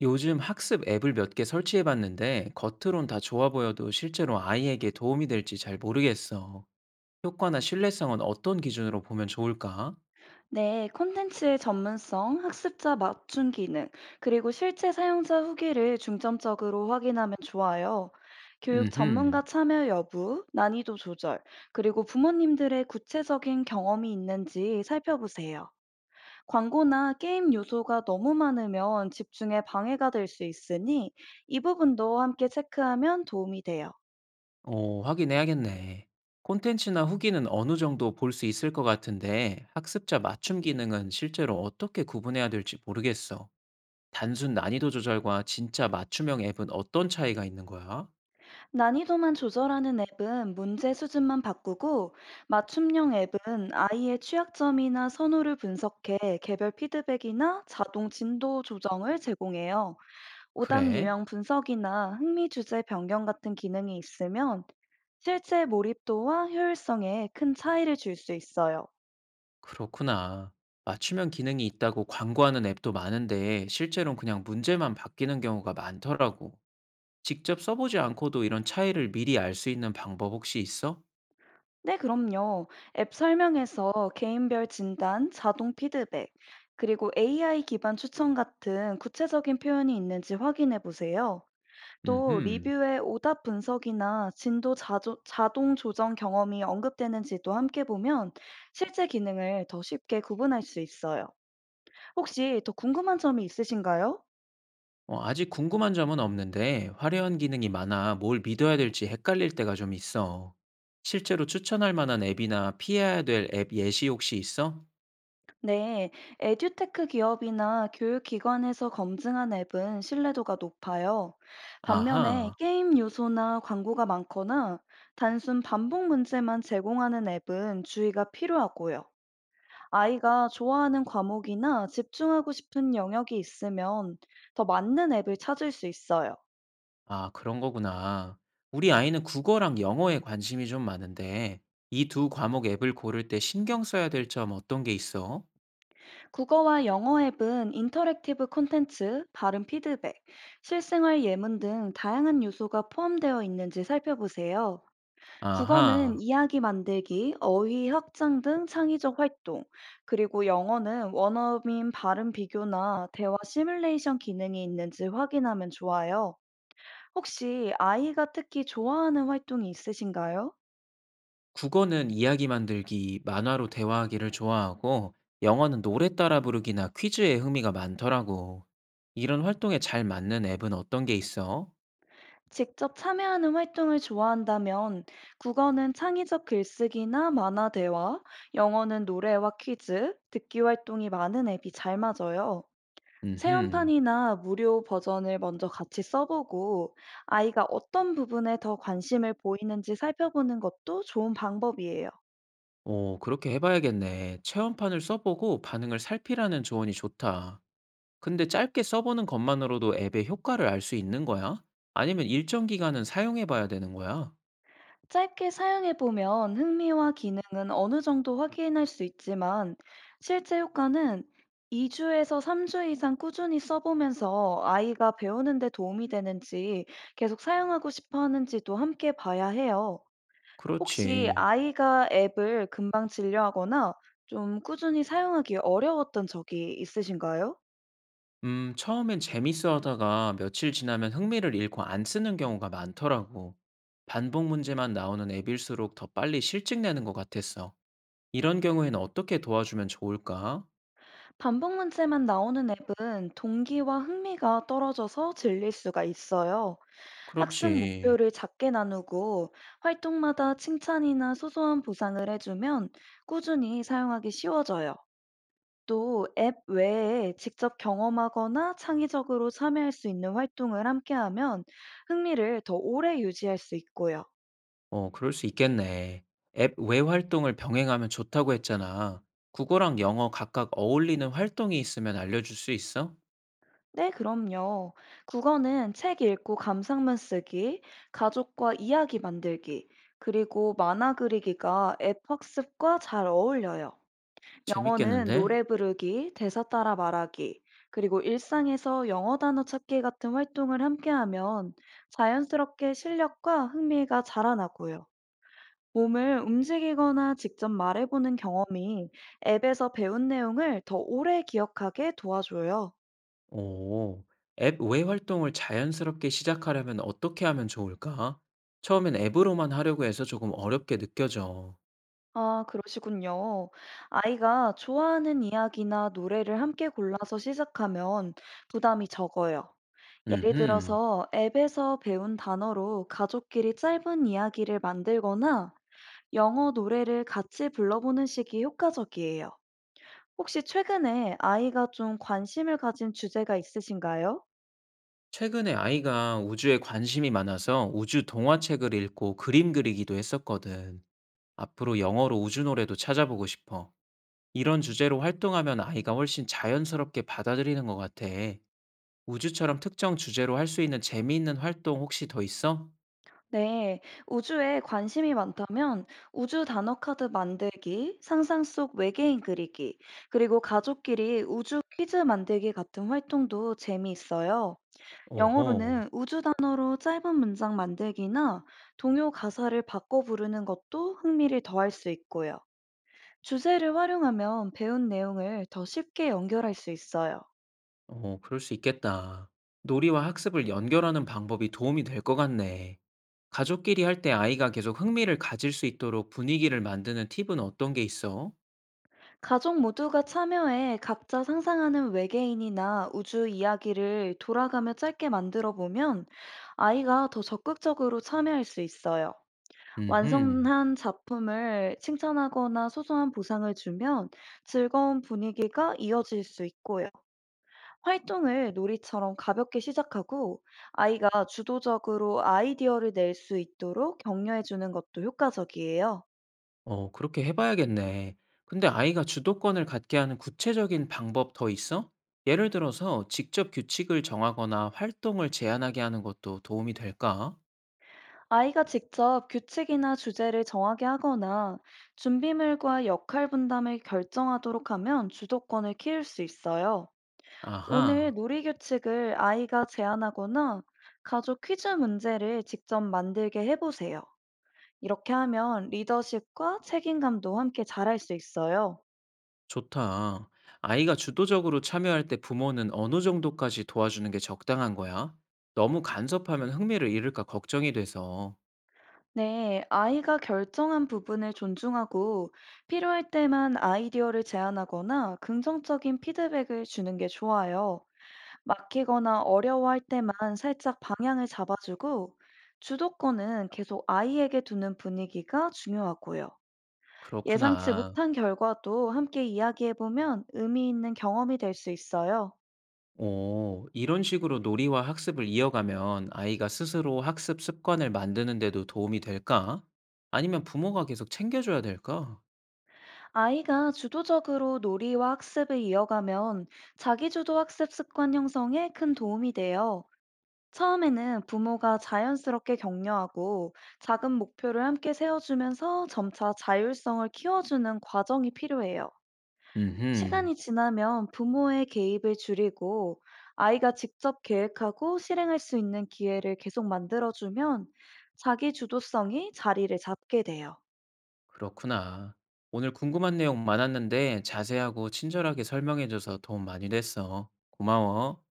요즘 학습 앱을 몇 개 설치해 봤는데 겉으론 다 좋아 보여도 실제로 아이에게 도움이 될지 잘 모르겠어. 효과나 신뢰성은 어떤 기준으로 보면 좋을까? 네, 콘텐츠의 전문성, 학습자 맞춤 기능, 그리고 실제 사용자 후기를 중점적으로 확인하면 좋아요. 교육 음흠. 전문가 참여 여부, 난이도 조절, 그리고 부모님들의 구체적인 경험이 있는지 살펴보세요. 광고나 게임 요소가 너무 많으면 집중에 방해가 될 수 있으니 이 부분도 함께 체크하면 도움이 돼요. 어, 확인해야겠네. 콘텐츠나 후기는 어느 정도 볼 수 있을 것 같은데 학습자 맞춤 기능은 실제로 어떻게 구분해야 될지 모르겠어. 단순 난이도 조절과 진짜 맞춤형 앱은 어떤 차이가 있는 거야? 난이도만 조절하는 앱은 문제 수준만 바꾸고 맞춤형 앱은 아이의 취약점이나 선호를 분석해 개별 피드백이나 자동 진도 조정을 제공해요. 오답 그래? 유형 분석이나 흥미 주제 변경 같은 기능이 있으면 실제 몰입도와 효율성에 큰 차이를 줄 수 있어요. 그렇구나. 맞춤형 기능이 있다고 광고하는 앱도 많은데 실제로는 그냥 문제만 바뀌는 경우가 많더라고. 직접 써보지 않고도 이런 차이를 미리 알 수 있는 방법 혹시 있어? 네, 그럼요. 앱 설명에서 개인별 진단, 자동 피드백, 그리고 AI 기반 추천 같은 구체적인 표현이 있는지 확인해 보세요. 또 음흠. 리뷰에 오답 분석이나 진도 자조, 자동 조정 경험이 언급되는지도 함께 보면 실제 기능을 더 쉽게 구분할 수 있어요. 혹시 더 궁금한 점이 있으신가요? 어, 아직 궁금한 점은 없는데 화려한 기능이 많아 뭘 믿어야 될지 헷갈릴 때가 좀 있어. 실제로 추천할 만한 앱이나 피해야 될 앱 예시 혹시 있어? 네, 에듀테크 기업이나 교육기관에서 검증한 앱은 신뢰도가 높아요. 반면에 아하. 게임 요소나 광고가 많거나 단순 반복 문제만 제공하는 앱은 주의가 필요하고요. 아이가 좋아하는 과목이나 집중하고 싶은 영역이 있으면 더 맞는 앱을 찾을 수 있어요. 아 그런 거구나. 우리 아이는 국어랑 영어에 관심이 좀 많은데 이 두 과목 앱을 고를 때 신경 써야 될 점 어떤 게 있어? 국어와 영어 앱은 인터랙티브 콘텐츠, 발음 피드백, 실생활 예문 등 다양한 요소가 포함되어 있는지 살펴보세요. 국어는 아하. 이야기 만들기, 어휘 확장 등 창의적 활동, 그리고 영어는 원어민 발음 비교나 대화 시뮬레이션 기능이 있는지 확인하면 좋아요. 혹시 아이가 특히 좋아하는 활동이 있으신가요? 국어는 이야기 만들기, 만화로 대화하기를 좋아하고 영어는 노래 따라 부르기나 퀴즈에 흥미가 많더라고. 이런 활동에 잘 맞는 앱은 어떤 게 있어? 직접 참여하는 활동을 좋아한다면 국어는 창의적 글쓰기나 만화 대화, 영어는 노래와 퀴즈, 듣기 활동이 많은 앱이 잘 맞아요. 음흠. 체험판이나 무료 버전을 먼저 같이 써보고 아이가 어떤 부분에 더 관심을 보이는지 살펴보는 것도 좋은 방법이에요. 오 그렇게 해 봐야겠네. 체험판을 써 보고 반응을 살피라는 조언이 좋다. 근데 짧게 써보는 것만으로도 앱의 효과를 알 수 있는 거야? 아니면 일정 기간은 사용해 봐야 되는 거야? 짧게 사용해 보면 흥미와 기능은 어느 정도 확인할 수 있지만 실제 효과는 2주에서 3주 이상 꾸준히 써보면서 아이가 배우는 데 도움이 되는지 계속 사용하고 싶어 하는지도 함께 봐야 해요. 혹시 그렇지. 아이가 앱을 금방 질려하거나 좀 꾸준히 사용하기 어려웠던 적이 있으신가요? 처음엔 재밌어 하다가 며칠 지나면 흥미를 잃고 안 쓰는 경우가 많더라고. 반복 문제만 나오는 앱일수록 더 빨리 실증내는 것 같았어. 이런 경우에는 어떻게 도와주면 좋을까? 반복 문제만 나오는 앱은 동기와 흥미가 떨어져서 질릴 수가 있어요. 학습 그렇지. 목표를 작게 나누고 활동마다 칭찬이나 소소한 보상을 해주면 꾸준히 사용하기 쉬워져요. 또 앱 외에 직접 경험하거나 창의적으로 참여할 수 있는 활동을 함께하면 흥미를 더 오래 유지할 수 있고요. 어, 그럴 수 있겠네. 앱 외 활동을 병행하면 좋다고 했잖아. 국어랑 영어 각각 어울리는 활동이 있으면 알려줄 수 있어? 네, 그럼요. 국어는 책 읽고 감상문 쓰기, 가족과 이야기 만들기, 그리고 만화 그리기가 앱 학습과 잘 어울려요. 영어는 재밌겠는데? 노래 부르기, 대사 따라 말하기, 그리고 일상에서 영어 단어 찾기 같은 활동을 함께하면 자연스럽게 실력과 흥미가 자라나고요. 몸을 움직이거나 직접 말해보는 경험이 앱에서 배운 내용을 더 오래 기억하게 도와줘요. 어. 앱 외 활동을 자연스럽게 시작하려면 어떻게 하면 좋을까? 처음엔 앱으로만 하려고 해서 조금 어렵게 느껴져. 아, 그러시군요. 아이가 좋아하는 이야기나 노래를 함께 골라서 시작하면 부담이 적어요. 예를 음흠. 들어서 앱에서 배운 단어로 가족끼리 짧은 이야기를 만들거나 영어 노래를 같이 불러보는 식이 효과적이에요. 혹시 최근에 아이가 좀 관심을 가진 주제가 있으신가요? 최근에 아이가 우주에 관심이 많아서 우주 동화책을 읽고 그림 그리기도 했었거든. 앞으로 영어로 우주 노래도 찾아보고 싶어. 이런 주제로 활동하면 아이가 훨씬 자연스럽게 받아들이는 것 같아. 우주처럼 특정 주제로 할 수 있는 재미있는 활동 혹시 더 있어? 네, 우주에 관심이 많다면 우주 단어 카드 만들기, 상상 속 외계인 그리기, 그리고 가족끼리 우주 퀴즈 만들기 같은 활동도 재미있어요. 오호. 영어로는 우주 단어로 짧은 문장 만들기나 동요 가사를 바꿔 부르는 것도 흥미를 더할 수 있고요. 주제를 활용하면 배운 내용을 더 쉽게 연결할 수 있어요. 어, 그럴 수 있겠다. 놀이와 학습을 연결하는 방법이 도움이 될 것 같네. 가족끼리 할 때 아이가 계속 흥미를 가질 수 있도록 분위기를 만드는 팁은 어떤 게 있어? 가족 모두가 참여해 각자 상상하는 외계인이나 우주 이야기를 돌아가며 짧게 만들어 보면 아이가 더 적극적으로 참여할 수 있어요. 음흠. 완성한 작품을 칭찬하거나 소소한 보상을 주면 즐거운 분위기가 이어질 수 있고요. 활동을 놀이처럼 가볍게 시작하고 아이가 주도적으로 아이디어를 낼 수 있도록 격려해 주는 것도 효과적이에요. 어, 그렇게 해봐야겠네. 근데 아이가 주도권을 갖게 하는 구체적인 방법 더 있어? 예를 들어서 직접 규칙을 정하거나 활동을 제한하게 하는 것도 도움이 될까? 아이가 직접 규칙이나 주제를 정하게 하거나 준비물과 역할 분담을 결정하도록 하면 주도권을 키울 수 있어요. 오늘 아하. 놀이 규칙을 아이가 제안하거나 가족 퀴즈 문제를 직접 만들게 해보세요. 이렇게 하면 리더십과 책임감도 함께 잘할 수 있어요. 좋다. 아이가 주도적으로 참여할 때 부모는 어느 정도까지 도와주는 게 적당한 거야? 너무 간섭하면 흥미를 잃을까 걱정이 돼서. 네, 아이가 결정한 부분을 존중하고 필요할 때만 아이디어를 제안하거나 긍정적인 피드백을 주는 게 좋아요. 막히거나 어려워할 때만 살짝 방향을 잡아주고 주도권은 계속 아이에게 두는 분위기가 중요하고요. 예상치 그렇구나. 못한 결과도 함께 이야기해보면 의미 있는 경험이 될 수 있어요. 오, 이런 식으로 놀이와 학습을 이어가면 아이가 스스로 학습 습관을 만드는 데도 도움이 될까? 아니면 부모가 계속 챙겨줘야 될까? 아이가 주도적으로 놀이와 학습을 이어가면 자기주도 학습 습관 형성에 큰 도움이 돼요. 처음에는 부모가 자연스럽게 격려하고 작은 목표를 함께 세워주면서 점차 자율성을 키워주는 과정이 필요해요. 음흠, 시간이 지나면 부모의 개입을 줄이고 아이가 직접 계획하고 실행할 수 있는 기회를 계속 만들어주면 자기 주도성이 자리를 잡게 돼요. 그렇구나. 오늘 궁금한 내용 많았는데 자세하고 친절하게 설명해줘서 도움 많이 됐어. 고마워.